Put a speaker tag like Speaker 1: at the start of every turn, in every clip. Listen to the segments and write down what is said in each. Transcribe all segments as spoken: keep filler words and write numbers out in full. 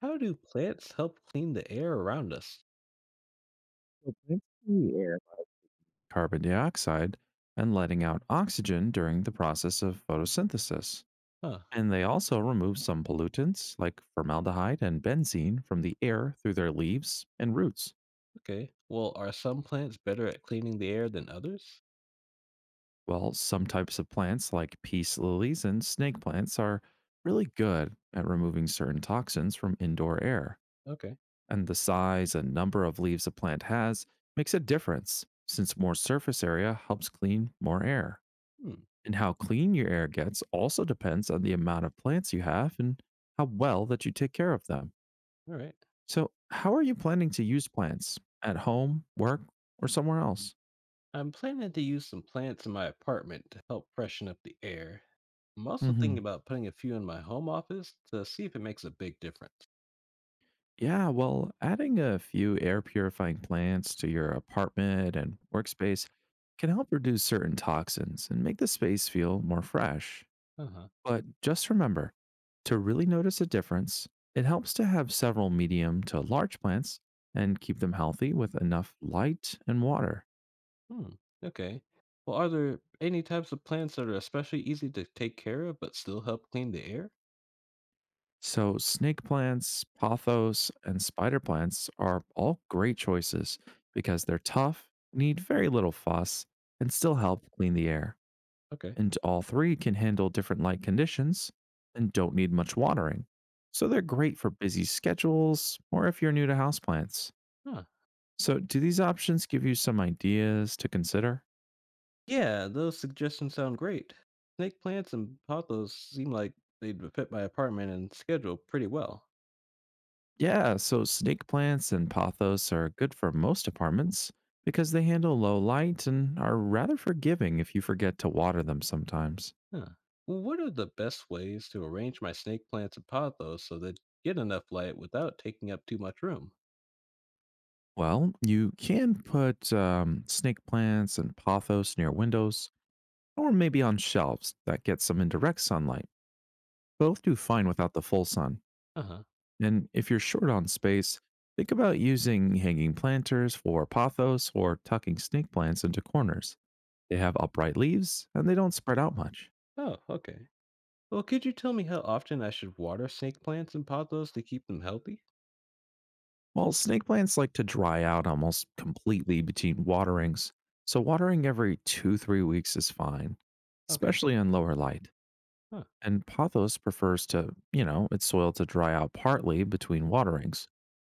Speaker 1: How do plants help clean the air around us?
Speaker 2: So plants see air like carbon dioxide and letting out oxygen during the process of photosynthesis.
Speaker 1: Huh.
Speaker 2: And they also remove some pollutants like formaldehyde and benzene from the air through their leaves and roots.
Speaker 1: Okay. Well, are some plants better at cleaning the air than others?
Speaker 2: While some types of plants like peace lilies and snake plants are really good at removing certain toxins from indoor air.
Speaker 1: Okay.
Speaker 2: And the size and number of leaves a plant has makes a difference since more surface area helps clean more air.
Speaker 1: Hmm.
Speaker 2: And how clean your air gets also depends on the amount of plants you have and how well that you take care of them.
Speaker 1: All right.
Speaker 2: So, how are you planning to use plants? At home, work, or somewhere else?
Speaker 1: I'm planning to use some plants in my apartment to help freshen up the air. I'm also thinking
Speaker 2: Hmm.
Speaker 1: about putting a few in my home office to see if it makes a big difference.
Speaker 2: Yeah, well, adding a few air purifying plants to your apartment and workspace can help reduce certain toxins and make the space feel more fresh.
Speaker 1: Uh huh.
Speaker 2: But just remember, to really notice a difference, it helps to have several medium to large plants and keep them healthy with enough light and water.
Speaker 1: Hmm. Okay. Well, are there any types of plants that are especially easy to take care of but still help clean the air?
Speaker 2: So, snake plants, pothos, and spider plants are all great choices because they're tough, need very little fuss, and still help clean the air.
Speaker 1: Okay.
Speaker 2: And all three can handle different light conditions and don't need much watering. So, they're great for busy schedules or if you're new to houseplants.
Speaker 1: Huh.
Speaker 2: So, do these options give you some ideas to consider?
Speaker 1: Yeah, those suggestions sound great. Snake plants and pothos seem like they'd fit my apartment and schedule pretty well.
Speaker 2: Yeah, so snake plants and pothos are good for most apartments because they handle low light and are rather forgiving if you forget to water them sometimes.
Speaker 1: Huh. What are the best ways to arrange my snake plants and pothos so they get enough light without taking up too much room?
Speaker 2: Well, you can put um, snake plants and pothos near windows or maybe on shelves that get some indirect sunlight. Both do fine without the full sun.
Speaker 1: Uh huh.
Speaker 2: And if you're short on space, think about using hanging planters for pothos or tucking snake plants into corners. They have upright leaves and they don't spread out much.
Speaker 1: Oh, okay. Well, could you tell me how often I should water snake plants and pothos to keep them healthy?
Speaker 2: While snake plants like to dry out almost completely between waterings, so watering every two, three weeks is fine,
Speaker 1: Okay.
Speaker 2: especially in lower light.
Speaker 1: Huh.
Speaker 2: And pothos prefers to, you know, its soil to dry out partly between waterings.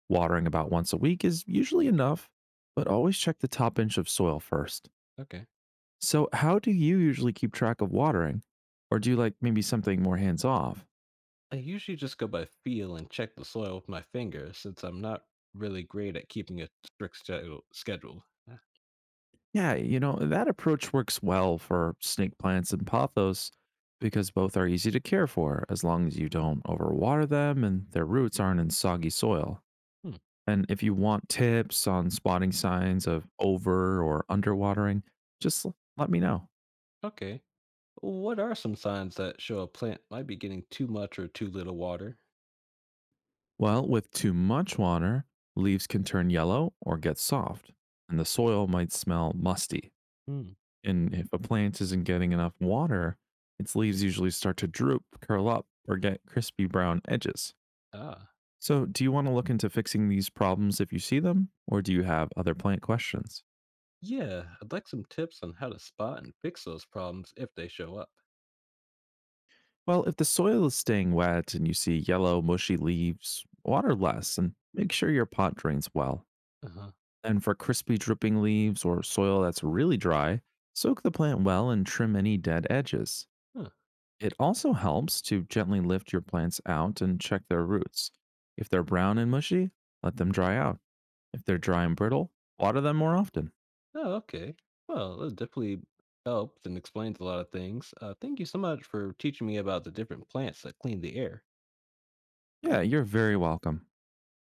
Speaker 2: Watering about once a week is usually enough, but always check the top inch of soil first.
Speaker 1: Okay.
Speaker 2: So, how do you usually keep track of watering? Or do you like maybe something more hands off?
Speaker 1: I usually just go by feel and check the soil with my finger since I'm not really great at keeping a strict schedule. schedule. Uh,
Speaker 2: Yeah, you know, that approach works well for snake plants and pothos because both are easy to care for as long as you don't overwater them and their roots aren't in soggy soil.
Speaker 1: Hmm.
Speaker 2: And if you want tips on spotting signs of over or underwatering, just l- let me know.
Speaker 1: Okay. What are some signs that show a plant might be getting too much or too little water?
Speaker 2: Well, with too much water, leaves can turn yellow or get soft, and the soil might smell musty.
Speaker 1: Hmm.
Speaker 2: And if a plant isn't getting enough water, its leaves usually start to droop, curl up, or get crispy brown edges.
Speaker 1: Ah,
Speaker 2: So, do you want to look into fixing these problems if you see them, or do you have other plant questions?
Speaker 1: yeah, I'd like some tips on how to spot and fix those problems if they show up.
Speaker 2: Well, if the soil is staying wet and you see yellow, mushy leaves, water less and make sure your pot drains well.
Speaker 1: Uh huh.
Speaker 2: And for crispy, dripping leaves or soil that's really dry, soak the plant well and trim any dead edges.
Speaker 1: Huh.
Speaker 2: It also helps to gently lift your plants out and check their roots. If they're brown and mushy, let them dry out. If they're dry and brittle, water them more often.
Speaker 1: Oh, okay. Well, that definitely helped and explains a lot of things. Uh, thank you so much for teaching me about the different plants that clean the air.
Speaker 2: Yeah, you're very welcome.